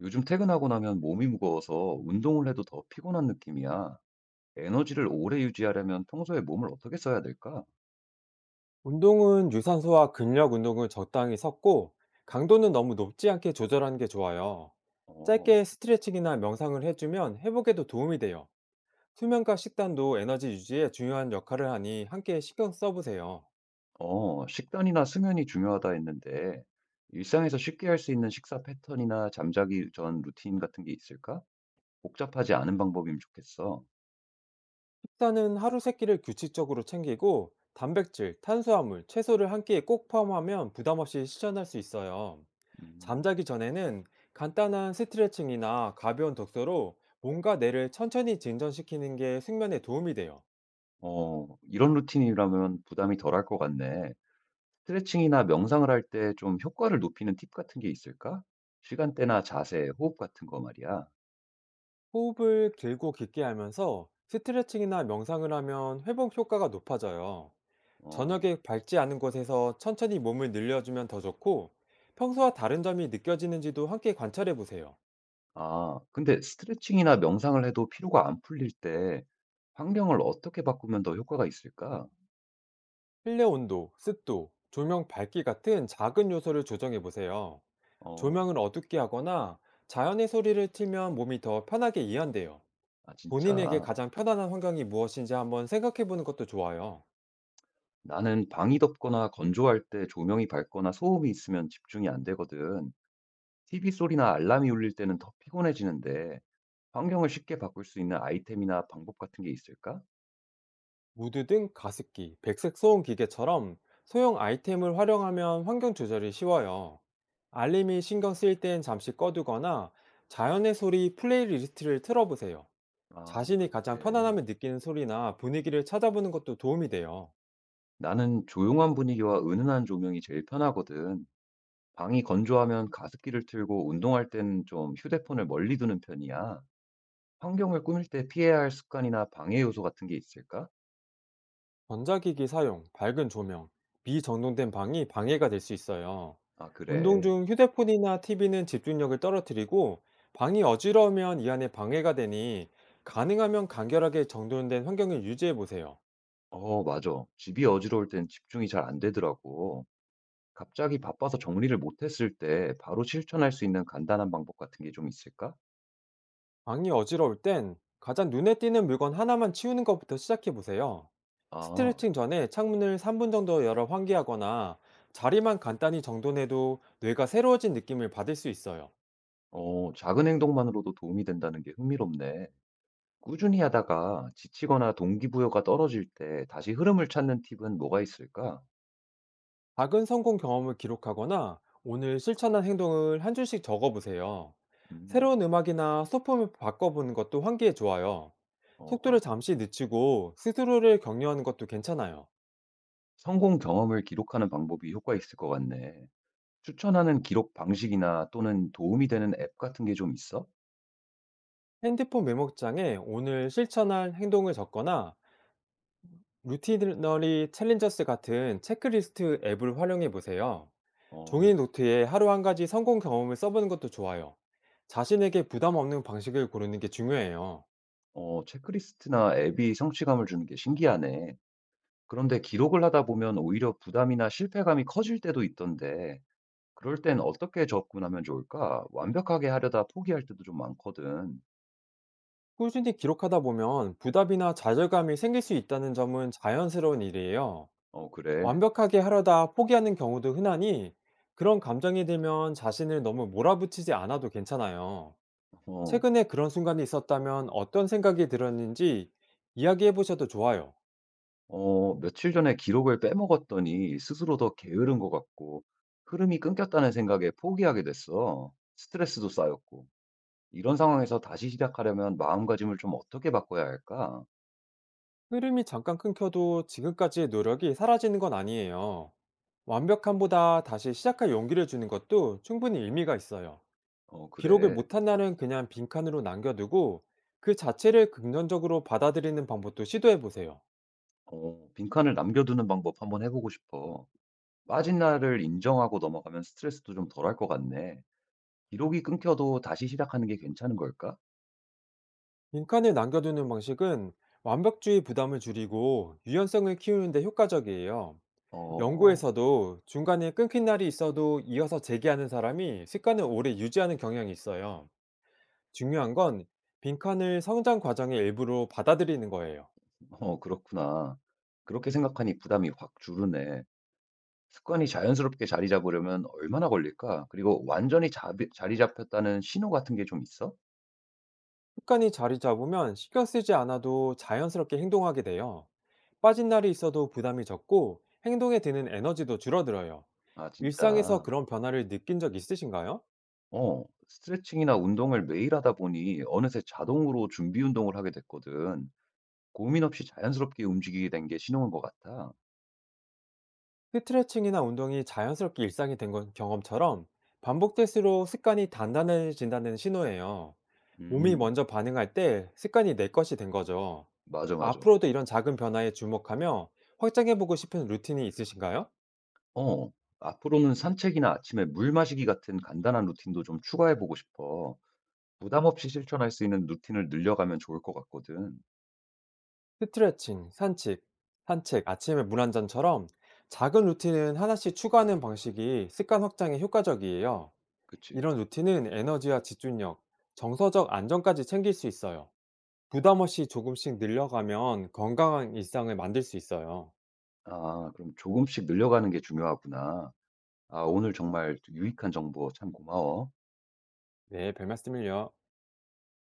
요즘 퇴근하고 나면 몸이 무거워서 운동을 해도 더 피곤한 느낌이야. 에너지를 오래 유지하려면 평소에 몸을 어떻게 써야 될까? 운동은 유산소와 근력 운동을 적당히 섞고 강도는 너무 높지 않게 조절하는 게 좋아요. 어, 짧게 스트레칭이나 명상을 해주면 회복에도 도움이 돼요. 수면과 식단도 에너지 유지에 중요한 역할을 하니 함께 신경 써보세요. 식단이나 수면이 중요하다 했는데, 일상에서 쉽게 할 수 있는 식사 패턴이나 잠자기 전 루틴 같은 게 있을까? 복잡하지 않은 방법이면 좋겠어. 식단은 하루 세끼를 규칙적으로 챙기고 단백질, 탄수화물, 채소를 한 끼에 꼭 포함하면 부담 없이 실천할 수 있어요. 음, 잠자기 전에는 간단한 스트레칭이나 가벼운 독서로 몸과 뇌를 천천히 진전시키는 게 숙면에 도움이 돼요. 이런 루틴이라면 부담이 덜할 것 같네. 스트레칭이나 명상을 할 때 좀 효과를 높이는 팁 같은 게 있을까? 시간대나 자세, 호흡 같은 거 말이야. 호흡을 길고 깊게 하면서 스트레칭이나 명상을 하면 회복 효과가 높아져요. 어. 저녁에 밝지 않은 곳에서 천천히 몸을 늘려주면 더 좋고 평소와 다른 점이 느껴지는지도 함께 관찰해 보세요. 아 근데 스트레칭이나 명상을 해도 피로가 안 풀릴 때 환경을 어떻게 바꾸면 더 효과가 있을까? 실내 온도, 습도, 조명 밝기 같은 작은 요소를 조정해 보세요. 어. 조명을 어둡게 하거나 자연의 소리를 틀면 몸이 더 편하게 이완돼요. 아 본인에게 진짜. 가장 편안한 환경이 무엇인지 한번 생각해 보는 것도 좋아요. 나는 방이 덥거나 건조할 때 조명이 밝거나 소음이 있으면 집중이 안 되거든. TV 소리나 알람이 울릴 때는 더 피곤해지는데 환경을 쉽게 바꿀 수 있는 아이템이나 방법 같은 게 있을까? 무드 등 가습기, 백색 소음 기계처럼 소형 아이템을 활용하면 환경 조절이 쉬워요. 알림이 신경 쓰일 땐 잠시 꺼두거나 자연의 소리 플레이리스트를 틀어보세요. 아 자신이 가장 그렇게. 편안함을 느끼는 소리나 분위기를 찾아보는 것도 도움이 돼요. 나는 조용한 분위기와 은은한 조명이 제일 편하거든. 방이 건조하면 가습기를 틀고 운동할 때는 좀 휴대폰을 멀리 두는 편이야. 환경을 꾸밀 때 피해야 할 습관이나 방해 요소 같은 게 있을까? 전자기기 사용, 밝은 조명, 미정돈된 방이 방해가 될 수 있어요. 아, 운동 그래. 중 휴대폰이나 TV는 집중력을 떨어뜨리고 방이 어지러우면 이 안에 방해가 되니 가능하면 간결하게 정돈된 환경을 유지해 보세요. 어, 맞아. 집이 어지러울 땐 집중이 잘 안 되더라고. 갑자기 바빠서 정리를 못 했을 때 바로 실천할 수 있는 간단한 방법 같은 게 좀 있을까? 방이 어지러울 땐 가장 눈에 띄는 물건 하나만 치우는 것부터 시작해 보세요. 아, 스트레칭 전에 창문을 3분 정도 열어 환기하거나 자리만 간단히 정돈해도 뇌가 새로워진 느낌을 받을 수 있어요. 작은 행동만으로도 도움이 된다는 게 흥미롭네. 꾸준히 하다가 지치거나 동기부여가 떨어질 때 다시 흐름을 찾는 팁은 뭐가 있을까? 작은 성공 경험을 기록하거나 오늘 실천한 행동을 한 줄씩 적어보세요. 음, 새로운 음악이나 소품을 바꿔보는 것도 환기에 좋아요. 어, 속도를 어. 잠시 늦추고 스스로를 격려하는 것도 괜찮아요. 성공 경험을 기록하는 방법이 효과 있을 것 같네. 추천하는 기록 방식이나 또는 도움이 되는 앱 같은 게 좀 있어? 핸드폰 메모장에 오늘 실천한 행동을 적거나 루티너리 챌린저스 같은 체크리스트 앱을 활용해 보세요. 어, 종이 노트에 하루 한 가지 성공 경험을 써보는 것도 좋아요. 자신에게 부담 없는 방식을 고르는 게 중요해요. 체크리스트나 앱이 성취감을 주는 게 신기하네. 그런데 기록을 하다 보면 오히려 부담이나 실패감이 커질 때도 있던데, 그럴 땐 어떻게 접근하면 좋을까? 완벽하게 하려다 포기할 때도 좀 많거든. 꾸준히 기록하다 보면 부담이나 좌절감이 생길 수 있다는 점은 자연스러운 일이에요. 어, 그래. 완벽하게 하려다 포기하는 경우도 흔하니 그런 감정이 들면 자신을 너무 몰아붙이지 않아도 괜찮아요. 어, 최근에 그런 순간이 있었다면 어떤 생각이 들었는지 이야기해 보셔도 좋아요. 며칠 전에 기록을 빼먹었더니 스스로 더 게으른 것 같고, 흐름이 끊겼다는 생각에 포기하게 됐어. 스트레스도 쌓였고. 이런 상황에서 다시 시작하려면 마음가짐을 좀 어떻게 바꿔야 할까? 흐름이 잠깐 끊겨도 지금까지의 노력이 사라지는 건 아니에요. 완벽함보다 다시 시작할 용기를 주는 것도 충분히 의미가 있어요. 어, 기록을 그래. 못한 날은 그냥 빈칸으로 남겨두고 그 자체를 긍정적으로 받아들이는 방법도 시도해 보세요. 빈칸을 남겨두는 방법 한번 해보고 싶어. 빠진 날을 인정하고 넘어가면 스트레스도 좀 덜할 것 같네. 기록이 끊겨도 다시 시작하는 게 괜찮은 걸까? 빈칸을 남겨두는 방식은 완벽주의 부담을 줄이고 유연성을 키우는데 효과적이에요. 어, 어, 연구에서도 중간에 끊긴 날이 있어도 이어서 재기하는 사람이 습관을 오래 유지하는 경향이 있어요. 중요한 건 빈칸을 성장 과정의 일부로 받아들이는 거예요. 그렇구나. 그렇게 생각하니 부담이 확 줄으네. 습관이 자연스럽게 자리 잡으려면 얼마나 걸릴까? 그리고 완전히 자리 잡혔다는 신호 같은 게 좀 있어? 습관이 자리 잡으면 신경 쓰지 않아도 자연스럽게 행동하게 돼요. 빠진 날이 있어도 부담이 적고 행동에 드는 에너지도 줄어들어요. 아, 일상에서 진짜. 그런 변화를 느낀 적 있으신가요? 스트레칭이나 운동을 매일 하다 보니 어느새 자동으로 준비 운동을 하게 됐거든. 고민 없이 자연스럽게 움직이게 된 게 신호인 것 같아. 스트레칭이나 운동이 자연스럽게 일상이 된 건- 경험처럼 반복될수록 습관이 단단해진다는 신호예요. 몸이 음, 먼저 반응할 때 습관이 내 것이 된 거죠. 맞아, 맞아. 앞으로도 이런 작은 변화에 주목하며 확장해보고 싶은 루틴이 있으신가요? 어, 앞으로는 산책이나 아침에 물 마시기 같은 간단한 루틴도 좀 추가해보고 싶어. 부담 없이 실천할 수 있는 루틴을 늘려가면 좋을 것 같거든. 스트레칭, 산책, 아침에 물 한 잔처럼 작은 루틴은 하나씩 추가하는 방식이 습관 확장에 효과적이에요. 그치? 이런 루틴은 에너지와 집중력, 정서적 안정까지 챙길 수 있어요. 부담 없이 조금씩 늘려가면 건강한 일상을 만들 수 있어요. 아, 그럼 조금씩 늘려가는 게 중요하구나. 아, 오늘 정말 유익한 정보 참 고마워. 네, 별 말씀을요.